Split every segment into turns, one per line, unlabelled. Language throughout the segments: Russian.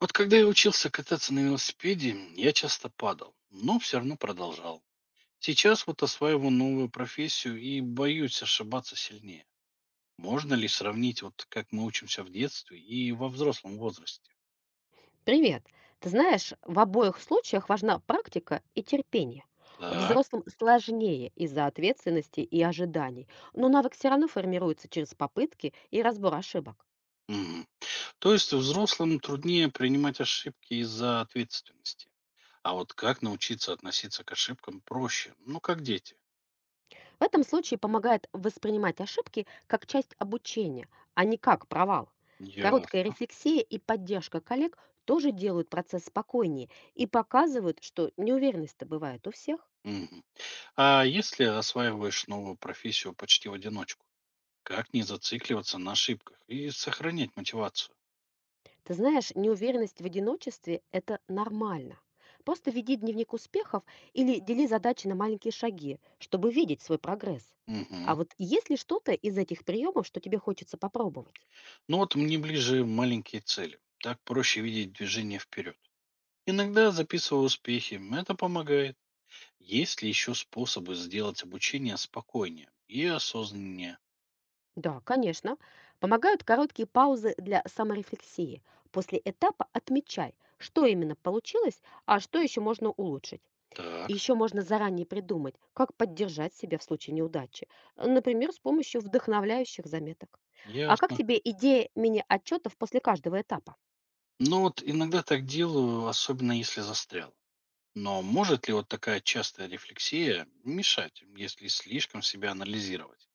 Вот когда я учился кататься на велосипеде, я часто падал, но все равно продолжал. Сейчас вот осваиваю новую профессию и боюсь ошибаться сильнее. Можно ли сравнить, вот как мы учимся в детстве и во взрослом возрасте?
Привет. Ты знаешь, в обоих случаях важна практика и терпение.
Так.
Взрослым сложнее из-за ответственности и ожиданий, но навык все равно формируется через попытки и разбор ошибок.
Мгм. То есть взрослым труднее принимать ошибки из-за ответственности. А вот как научиться относиться к ошибкам проще? Ну, как дети.
В этом случае помогает воспринимать ошибки как часть обучения, а не как провал. Короткая
Ясно.
рефлексия и поддержка коллег тоже делают процесс спокойнее и показывают, что неуверенность-то бывает у всех.
Мгм. А если осваиваешь новую профессию почти в одиночку? Как не зацикливаться на ошибках и сохранять мотивацию?
Ты знаешь, неуверенность в одиночестве– это нормально. Просто веди дневник успехов или дели задачи на маленькие шаги, чтобы видеть свой прогресс.
Мгм.
А вот есть ли что-то из этих приемов, что тебе хочется попробовать?
Ну вот мне ближе маленькие цели. Так проще видеть движение вперед. Иногда записываю успехи, это помогает. Есть ли еще способы сделать обучение спокойнее и осознаннее?
Да, конечно. Помогают короткие паузы для саморефлексии. После этапа отмечай, что именно получилось, а что еще можно улучшить. И
Так,
еще можно заранее придумать, как поддержать себя в случае неудачи, например, с помощью вдохновляющих заметок. А как
ясно.
тебе идея мини-отчетов после каждого этапа?
Ну вот иногда так делаю, особенно если застрял. Но может ли вот такая частая рефлексия мешать, если слишком себя анализировать?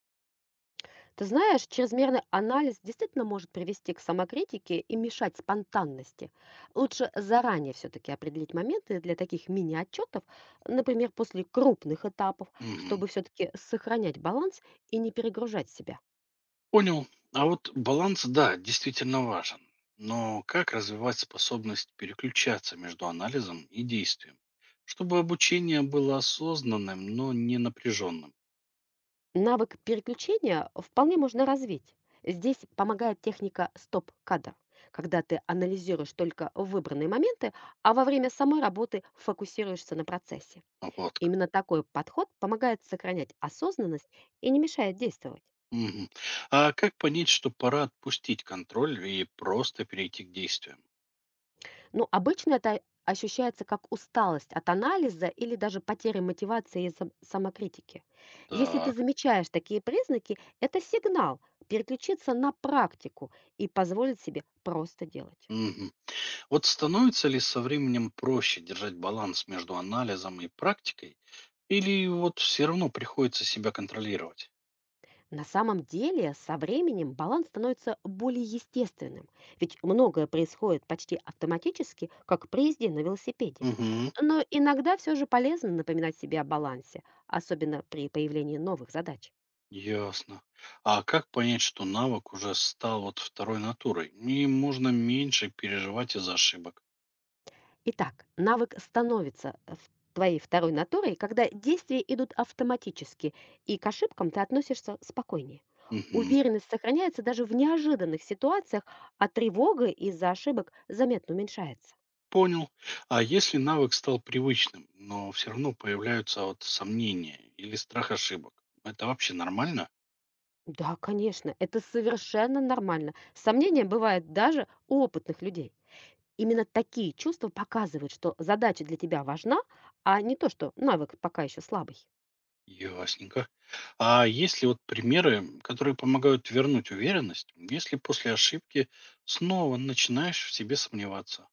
Ты знаешь, чрезмерный анализ действительно может привести к самокритике и мешать спонтанности. Лучше заранее все-таки определить моменты для таких мини-отчетов, например, после крупных этапов,
Мгм.
чтобы все-таки сохранять баланс и не перегружать себя.
Понял. А вот баланс, да, действительно важен. Но как развивать способность переключаться между анализом и действием, чтобы обучение было осознанным, но не напряженным?
Навык переключения вполне можно развить. Здесь помогает техника стоп-кадр, когда ты анализируешь только выбранные моменты, а во время самой работы фокусируешься на процессе.
Вот как.
Именно такой подход помогает сохранять осознанность и не мешает действовать.
Мгм. А как понять, что пора отпустить контроль и просто перейти к действиям?
Но обычно это ощущается как усталость от анализа или даже потеря мотивации из-за самокритики. Если ты
Так.
замечаешь такие признаки, это сигнал переключиться на практику и позволить себе просто делать.
Мгм. Вот становится ли со временем проще держать баланс между анализом и практикой, или вот все равно приходится себя контролировать?
На самом деле, со временем баланс становится более естественным, ведь многое происходит почти автоматически, как при езде на велосипеде.
Мгм.
Но иногда все же полезно напоминать себе о балансе, особенно при появлении новых задач.
Ясно. А как понять, что навык уже стал вот второй натурой? И можно меньше переживать из-за ошибок.
Итак, навык становится в твоей второй натурой, когда действия идут автоматически, и к ошибкам ты относишься спокойнее.
Мгм.
Уверенность сохраняется даже в неожиданных ситуациях, а тревога из-за ошибок заметно уменьшается.
Понял. А если навык стал привычным, но все равно появляются вот сомнения или страх ошибок, это вообще нормально?
Да, конечно, это совершенно нормально. Сомнения бывают даже у опытных людей. Именно такие чувства показывают, что задача для тебя важна, а не то, что навык пока еще слабый.
Ясненько. А есть ли вот примеры, которые помогают вернуть уверенность, если после ошибки снова начинаешь в себе сомневаться?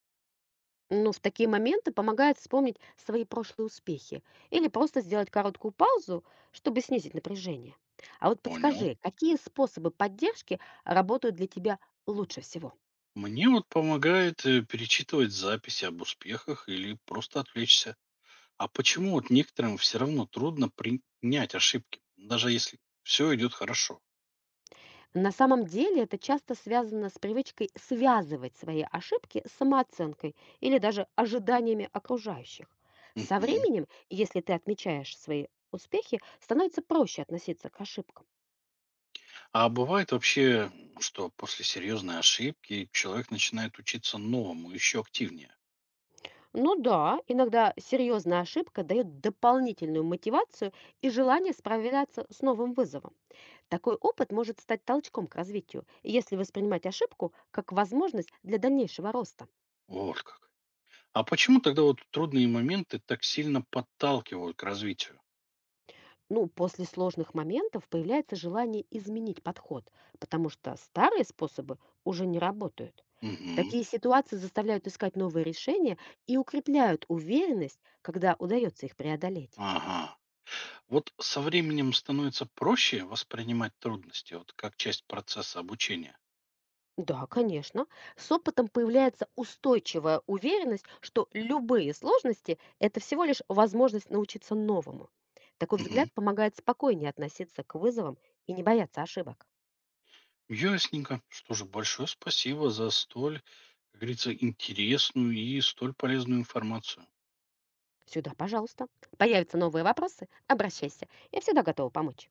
Но в такие моменты помогает вспомнить свои прошлые успехи или просто сделать короткую паузу, чтобы снизить напряжение. А вот
Понял.
подскажи, какие способы поддержки работают для тебя лучше всего?
Мне вот помогает перечитывать записи об успехах или просто отвлечься. А почему вот некоторым все равно трудно принять ошибки, даже если все идет хорошо?
На самом деле это часто связано с привычкой связывать свои ошибки с самооценкой или даже ожиданиями окружающих. Со
Мгм.
временем, если ты отмечаешь свои успехи, становится проще относиться к ошибкам.
А бывает вообще, что после серьезной ошибки человек начинает учиться новому, еще активнее.
Ну да, иногда серьезная ошибка дает дополнительную мотивацию и желание справляться с новым вызовом. Такой опыт может стать толчком к развитию, если воспринимать ошибку как возможность для дальнейшего роста.
Вот как. А почему тогда вот трудные моменты так сильно подталкивают к развитию?
Ну, после сложных моментов появляется желание изменить подход, потому что старые способы уже не работают.
Мгм.
Такие ситуации заставляют искать новые решения и укрепляют уверенность, когда удается их преодолеть.
Ага. Вот со временем становится проще воспринимать трудности вот как часть процесса обучения.
Да, конечно. С опытом появляется устойчивая уверенность, что любые сложности– это всего лишь возможность научиться новому. Такой
Мгм.
взгляд помогает спокойнее относиться к вызовам и не бояться ошибок.
Ясненько. Что же, большое спасибо за столь, как говорится, интересную и столь полезную информацию.
Сюда, пожалуйста. Появятся новые вопросы? Обращайся. Я всегда готова помочь.